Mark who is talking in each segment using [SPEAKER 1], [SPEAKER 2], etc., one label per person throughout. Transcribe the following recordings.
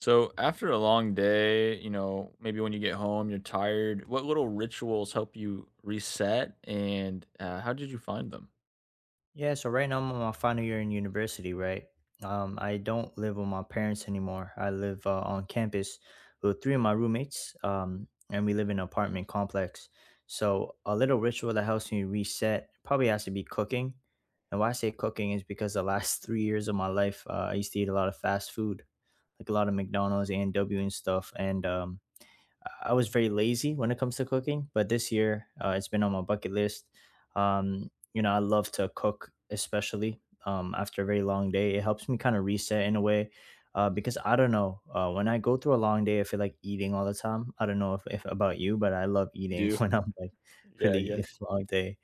[SPEAKER 1] So after a long day, you know, maybe when you get home, you're tired. What little rituals help you reset, and how did you find them?
[SPEAKER 2] Yeah, so right now I'm on my final year in university, right? I don't live with my parents anymore. I live on campus with three of my roommates, and we live in an apartment complex. So a little ritual that helps me reset probably has to be cooking. And why I say cooking is because the last 3 years of my life, I used to eat a lot of fast food, like a lot of McDonald's, A&W and W and stuff. And I was very lazy when it comes to cooking, but this year it's been on my bucket list. You know, I love to cook, especially after a very long day. It helps me kind of reset in a way because I don't know. When I go through a long day, I feel like eating all the time. I don't know if about you, but I love
[SPEAKER 1] Do
[SPEAKER 2] eating
[SPEAKER 1] you-
[SPEAKER 2] when I'm like
[SPEAKER 1] yeah,
[SPEAKER 2] really
[SPEAKER 1] yeah,
[SPEAKER 2] it's a long day.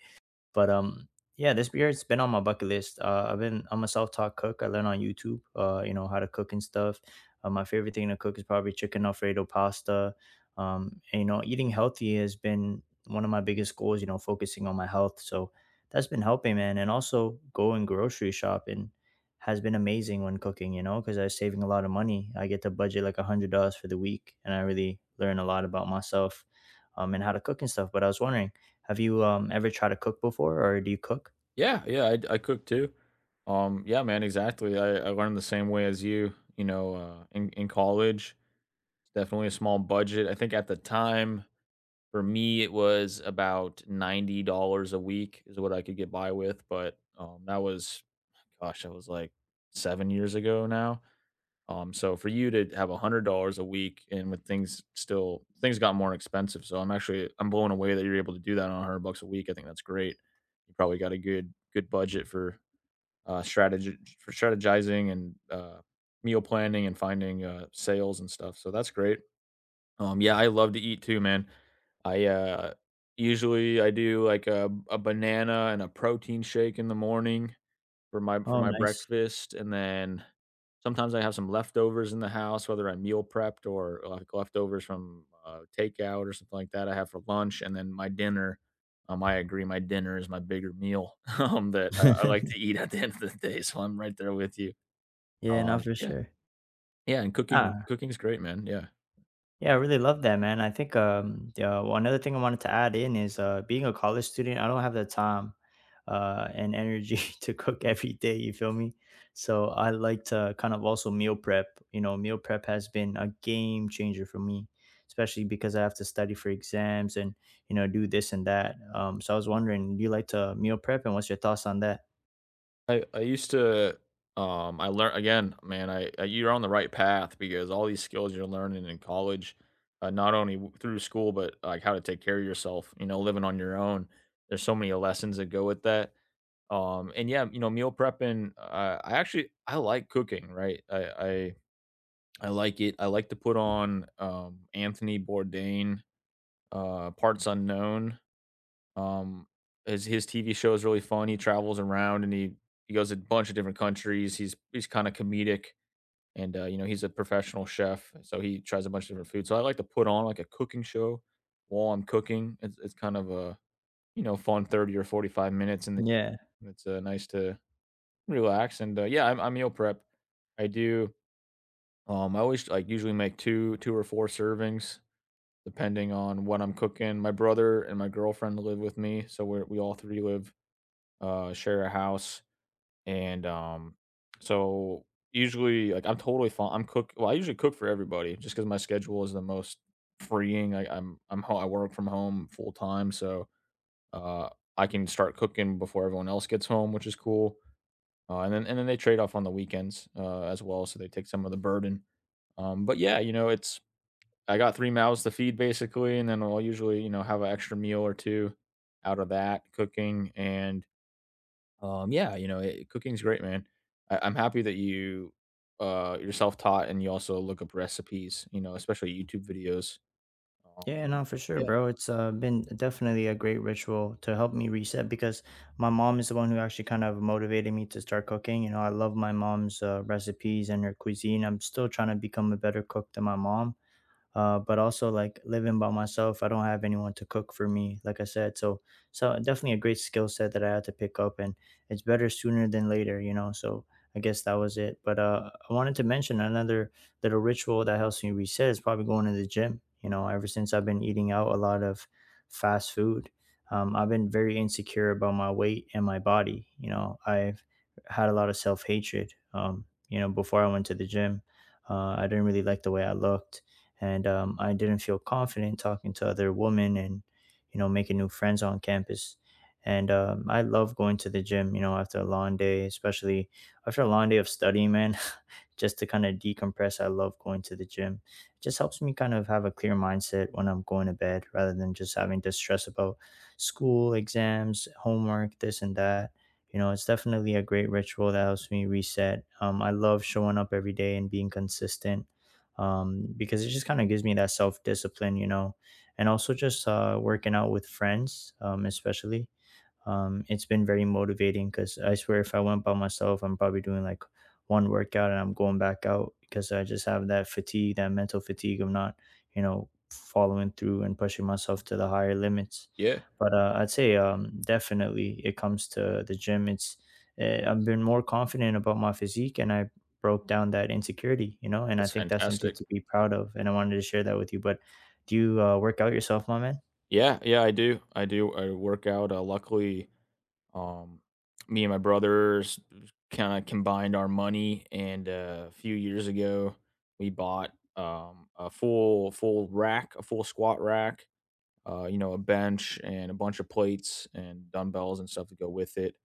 [SPEAKER 2] But yeah, this beer has been on my bucket list. I'm a self taught cook. I learned on YouTube. You know how to cook and stuff. My favorite thing to cook is probably chicken alfredo pasta. And, you know, eating healthy has been one of my biggest goals. You know, focusing on my health. So that's been helping, man. And also going grocery shopping has been amazing when cooking. You know, because I'm saving a lot of money. I get to budget like $100 for the week, and I really learn a lot about myself and how to cook and stuff. But I was wondering, have you, ever tried to cook before, or do you cook?
[SPEAKER 1] yeah, yeah. I cook too. Yeah, man, exactly. I learned the same way as you. You know, in college, definitely a small budget. I think at the time for me, it was about $90 a week is what I could get by with. But that was, gosh, that was like 7 years ago now. So for you to have $100 a week, and with things, still, things got more expensive, so I'm actually I'm blown away that you're able to do that on 100 bucks a week. I think that's great. You probably got a good budget for strategy, for strategizing and meal planning and finding sales and stuff. So that's great. Yeah, I love to eat too, man. I usually I do like a banana and a protein shake in the morning for my for
[SPEAKER 2] Oh,
[SPEAKER 1] my
[SPEAKER 2] nice.
[SPEAKER 1] breakfast, and then sometimes I have some leftovers in the house, whether I meal prepped or, like, leftovers from, takeout or something like that I have for lunch, and then my dinner, I agree, my dinner is my bigger meal, that I like to eat at the end of the day, so I'm right there with you.
[SPEAKER 2] Yeah, no,
[SPEAKER 1] Um,
[SPEAKER 2] for
[SPEAKER 1] yeah.
[SPEAKER 2] sure.
[SPEAKER 1] Yeah, and cooking
[SPEAKER 2] Ah,
[SPEAKER 1] cooking's great, man, yeah.
[SPEAKER 2] yeah, I really love that, man. I think, yeah, well, another thing I wanted to add in is, being a college student, I don't have the time, and energy to cook every day, you feel me? So I like to kind of also meal prep. You know, meal prep has been a game changer for me, especially because I have to study for exams and, you know, do this and that. So I was wondering, do you like to meal prep, and what's your thoughts on that?
[SPEAKER 1] I used to I learned again, man, I you're on the right path because all these skills you're learning in college, not only through school but like how to take care of yourself, you know, living on your own. There's so many lessons that go with that. And yeah, you know, meal prepping, I actually I like cooking, right? I like it. I like to put on Anthony Bourdain, Parts Unknown. Um, his his TV show is really fun. He travels around, and he goes to a bunch of different countries. He's kinda comedic, and, you know, he's a professional chef, so he tries a bunch of different food. So I like to put on, like, a cooking show while I'm cooking. It's kind of a, you know, fun 30 or 45 minutes, and
[SPEAKER 2] Yeah.
[SPEAKER 1] it's, nice to relax, and, yeah, I meal prep. I do, I always, like, usually make 2 or 4 servings depending on what I'm cooking. My brother and my girlfriend live with me, so we all 3 live, share a house, and, so usually, like, I'm totally fine I'm cook well, I usually cook for everybody just because my schedule is the most freeing. I I'm ho I work from home full time, so, uh, I can start cooking before everyone else gets home, which is cool, and then they trade off on the weekends, as well, so they take some of the burden, but yeah, you know, it's, I got 3 mouths to feed basically, and then I'll usually, you know, have an extra meal or 2 out of that cooking, and yeah, you know, cooking's great, man. I'm happy that you're self-taught and you also look up recipes, you know, especially YouTube videos. Uh,
[SPEAKER 2] Yeah, no, for sure,
[SPEAKER 1] yeah,
[SPEAKER 2] bro. It's been definitely a great ritual to help me reset because my mom is the one who actually kind of motivated me to start cooking. You know, I love my mom's recipes and her cuisine. I'm still trying to become a better cook than my mom but also like living by myself, I don't have anyone to cook for me, like I said. So, so definitely a great skill set that I had to pick up, and it's better sooner than later, you know. So I guess that was it. But I wanted to mention another little ritual that helps me reset is probably going to the gym. You know, ever since I've been eating out a lot of fast food, I've been very insecure about my weight and my body. You know, I've had a lot of self hatred. You know, before I went to the gym, I didn't really like the way I looked and I didn't feel confident talking to other women and you know making new friends on campus. And I love going to the gym, you know, after a long day, especially after a long day of studying, man, just to kind of decompress. I love going to the gym. It just helps me kind of have a clear mindset when I'm going to bed rather than just having to stress about school, exams, homework, this and that. You know, it's definitely a great ritual that helps me reset. I love showing up every day and being consistent because it just kind of gives me that self discipline, you know, and also just working out with friends, especially it's been very motivating because I swear if I went by myself, I'm probably doing like one workout and I'm going back out because I just have that fatigue, that mental fatigue of not, you know, following through and pushing myself to the higher limits.
[SPEAKER 1] yeah,
[SPEAKER 2] But I'd say definitely it comes to the gym. It's I've been more confident about my physique and I broke down that insecurity, you know, and I
[SPEAKER 1] that's
[SPEAKER 2] think that's something
[SPEAKER 1] fantastic.
[SPEAKER 2] to be proud of. And I wanted to share that with you. But do you work out yourself, my man?
[SPEAKER 1] Yeah, yeah, I do. I do. I work out. Luckily, um, me and my brothers kind of combined our money, and a few years ago, we bought a full rack, a full squat rack. You know, a bench and a bunch of plates and dumbbells and stuff to go with it.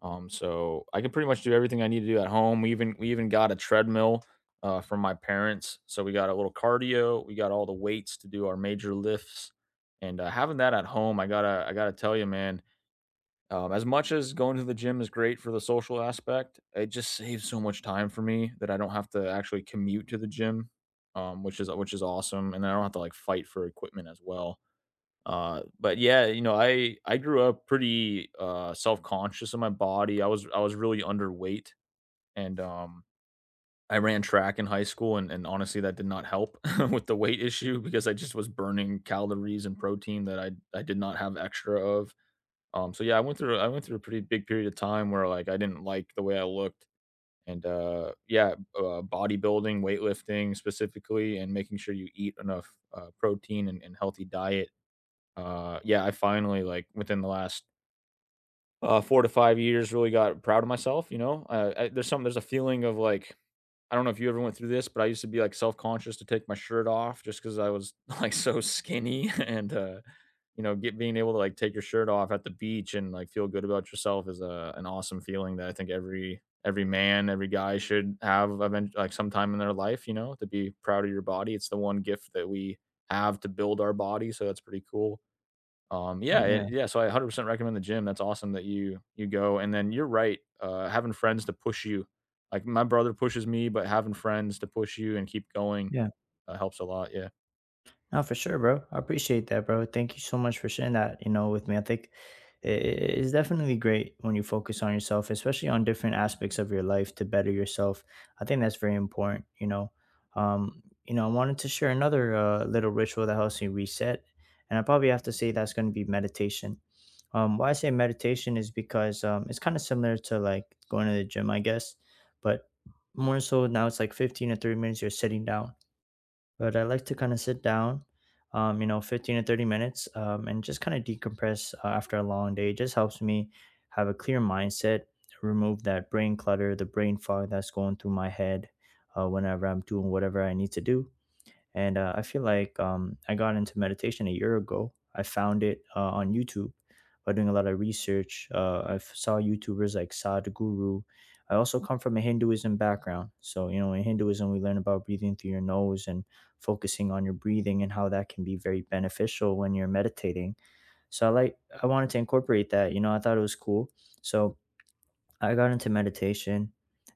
[SPEAKER 1] So I can pretty much do everything I need to do at home. We even got a treadmill, from my parents, so we got a little cardio. We got all the weights to do our major lifts, and having that at home, I gotta tell you, man. As much as going to the gym is great for the social aspect, it just saves so much time for me that I don't have to actually commute to the gym, which is awesome, and I don't have to like fight for equipment as well. But yeah, you know, I grew up pretty self-conscious of my body. I was really underweight, and I ran track in high school, and honestly that did not help with the weight issue because I just was burning calories and protein that I did not have extra of. So yeah, I went through a pretty big period of time where like I didn't like the way I looked, and yeah, bodybuilding, weightlifting specifically, and making sure you eat enough protein and healthy diet, yeah, I finally, like, within the last, 4 to 5 years really got proud of myself, you know? I there's some there's a feeling of, like, I don't know if you ever went through this, but I used to be, like, self-conscious to take my shirt off just because I was, like, so skinny and, you know, get being able to, like, take your shirt off at the beach and, like, feel good about yourself is a, an awesome feeling that I think every man, every guy should have event like, sometime in their life, you know, to be proud of your body. It's the one gift that we have, to build our body, so that's pretty cool. Um, yeah, it,
[SPEAKER 2] Yeah.
[SPEAKER 1] yeah. So I 100% recommend the gym. That's awesome that you go. And then you're right. Having friends to push you, like my brother pushes me, but having friends to push you and keep going,
[SPEAKER 2] Yeah.
[SPEAKER 1] helps a lot. Yeah,
[SPEAKER 2] No, for sure, bro. I appreciate that, bro. Thank you so much for sharing that, you know, with me. I think it's definitely great when you focus on yourself, especially on different aspects of your life to better yourself. I think that's very important, you know. You know, I wanted to share another little ritual that helps me reset, and I probably have to say that's going to be meditation. Why I say meditation is because it's kind of similar to like going to the gym, I guess, but more so now it's like 15 to 30 minutes you're sitting down but I like to kind of sit down, you know, 15 to 30 minutes and just kind of decompress after a long day. It just helps me have a clear mindset, remove that brain clutter, the brain fog that's going through my head whenever I'm doing whatever I need to do. And I feel like I got into meditation a year ago. I found it on YouTube by doing a lot of research. I saw YouTubers like Sadhguru. I also come from a Hinduism background. So, you know, in Hinduism, we learn about breathing through your nose and focusing on your breathing and how that can be very beneficial when you're meditating. So I wanted to incorporate that. You know, I thought it was cool. So I got into meditation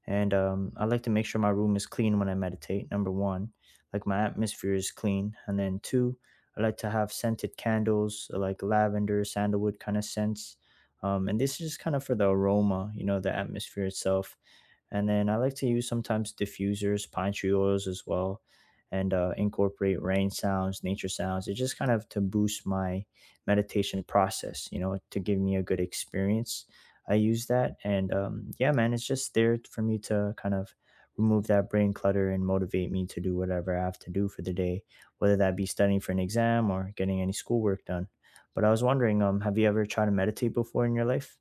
[SPEAKER 2] and I like to make sure my room is clean when I meditate. Number one, like my atmosphere is clean. And then two, I like to have scented candles like lavender, sandalwood kind of scents. And this is just kind of for the aroma, you know, the atmosphere itself. And then I like to use sometimes diffusers, pine tree oils as well, and incorporate rain sounds, nature sounds. It just kind of to boost my meditation process, you know, to give me a good experience. I use that. And yeah, man, it's just there for me to kind of remove that brain clutter and motivate me to do whatever I have to do for the day, whether that be studying for an exam or getting any schoolwork done. But I was wondering, have you ever tried to meditate before in your life?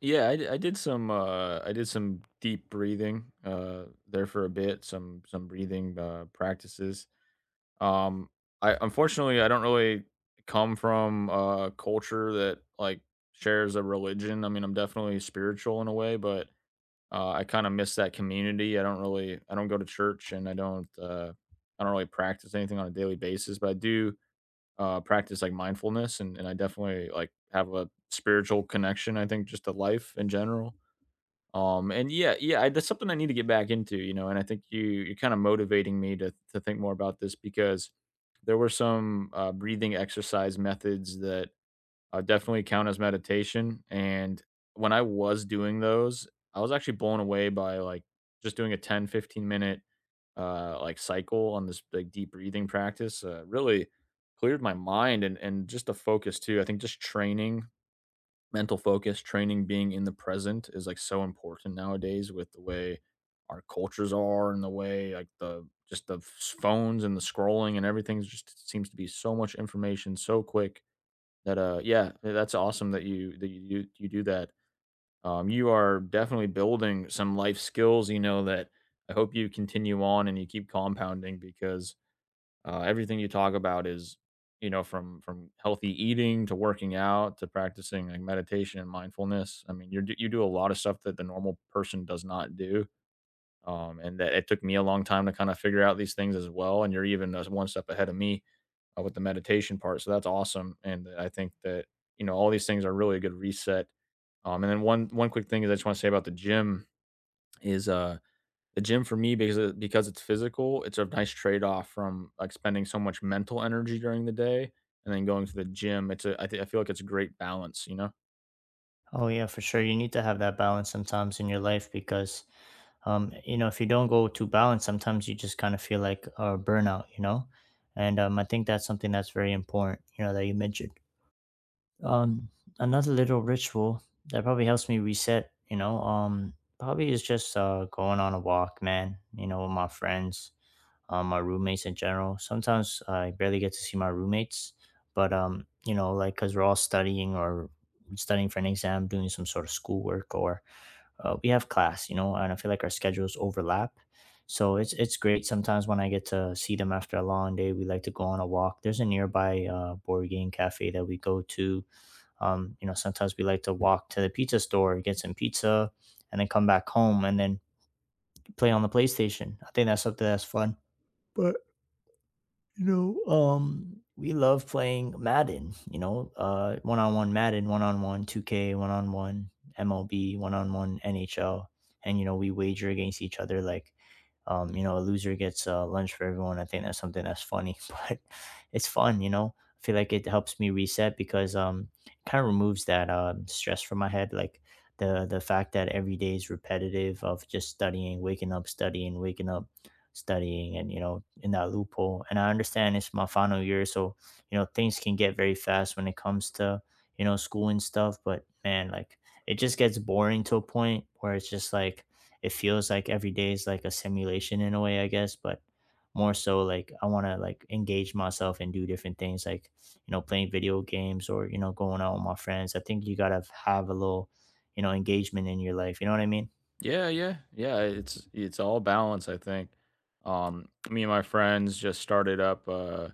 [SPEAKER 1] yeah. I did some deep breathing, there for a bit. Some breathing, practices. Um, I unfortunately I don't really come from a culture that like shares a religion. I mean, I'm definitely spiritual in a way, but I kinda miss that community. I don't go to church, and I don't really practice anything on a daily basis, but I do, practice, like, mindfulness, and I definitely, like, have a spiritual connection, I think, just to life in general. And yeah, yeah, that's something I need to get back into, you know, and I think you're kinda motivating me to think more about this because there were some, breathing exercise methods that definitely count as meditation. And when I was doing those, I was actually blown away by like just doing a 10, 15-minute, like cycle on this like deep breathing practice. Really cleared my mind and just the focus too. I think just training mental focus, training being in the present is like so important nowadays with the way our cultures are and the way the phones and the scrolling and everything just seems to be so much information so quick that, yeah, that's awesome that you do that. You are definitely building some life skills, you know, that I hope you continue on and you keep compounding because, everything you talk about is, you know, from healthy eating to working out to practicing like meditation and mindfulness. I mean, you do a lot of stuff that the normal person does not do, and that it took me a long time to kind of figure out these things as well. And you're even, one step ahead of me, with the meditation part. So that's awesome, and I think that, you know, all these things are really a good reset. And then one quick thing is I just want to say about the gym is the gym for me, because because it's physical, it's a nice trade off from like spending so much mental energy during the day and then going to the gym. It's a I, th- I feel like it's a great balance, you know.
[SPEAKER 2] Oh yeah, for sure. You need to have that balance sometimes in your life because, you know, if you don't go too balanced, sometimes you just kind of feel like a burnout, you know. And I think that's something that's very important, you know, that you mentioned. Um, Another little ritual that probably helps me reset, you know, probably is just going on a walk, man. You know, with my friends my roommates in general. Sometimes I barely get to see my roommates, but you know, like because we're all studying or studying for an exam, doing some sort of schoolwork, or we have class, you know, and I feel like our schedules overlap. So it's great sometimes when I get to see them after a long day. We like to go on a walk. There's a nearby board game cafe that we go to. You know, sometimes we like to walk to the pizza store, get some pizza, and then come back home and then play on the PlayStation. I think that's something that's fun. But you know, we love playing Madden, you know, one-on-one Madden, one-on-one 2K, one-on-one MLB, one-on-one NHL, and you know, we wager against each other like you know, a loser gets lunch for everyone. I think that's something that's funny, but it's fun, you know. I feel like it helps me reset because it kind of removes that stress from my head, like the fact that every day is repetitive of just studying, waking up, studying, waking up, studying, and you know, in that loophole. And I understand it's my final year, so you know, things can get very fast when it comes to, you know, school and stuff. But man, like it just gets boring to a point where it's just like it feels like every day is like a simulation in a way, I guess. But more so, like I want to like engage myself and do different things, like you know, playing video games or you know, going out with my friends. I think you gotta have a little, you know, engagement in your life, you know what I mean?
[SPEAKER 1] Yeah, yeah, yeah. It's all balance, I think. Me and my friends just started up,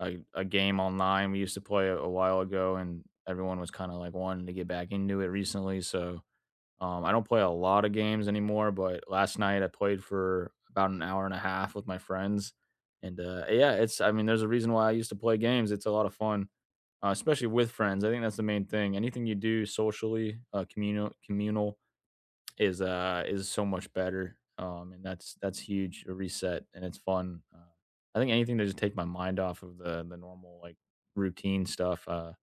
[SPEAKER 1] a game online we used to play a while ago, and everyone was kind of like wanting to get back into it recently. So I don't play a lot of games anymore, but last night I played for about an hour and a half with my friends, and yeah, it's. I mean, there's a reason why I used to play games. It's a lot of fun, especially with friends. I think that's the main thing. Anything you do socially, communal, is so much better. And that's huge, a reset, and it's fun. I think anything to just take my mind off of the normal like routine stuff. Uh,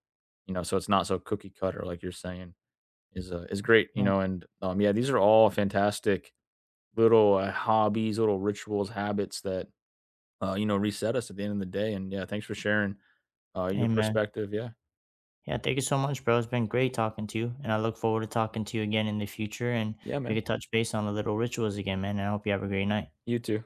[SPEAKER 1] you know, so it's not so cookie cutter like you're saying is, is great. You
[SPEAKER 2] Mm.
[SPEAKER 1] know, and yeah, these are all fantastic little, hobbies, little rituals, habits that, you know, reset us at the end of the day. And yeah, thanks for sharing your
[SPEAKER 2] Amen.
[SPEAKER 1] perspective. Yeah,
[SPEAKER 2] Yeah, thank you so much, bro. It's been great talking to you, and I look forward to talking to you again in the future, and
[SPEAKER 1] yeah,
[SPEAKER 2] we
[SPEAKER 1] man.
[SPEAKER 2] could touch base on the little rituals again, man. And I hope you have a great night.
[SPEAKER 1] You too.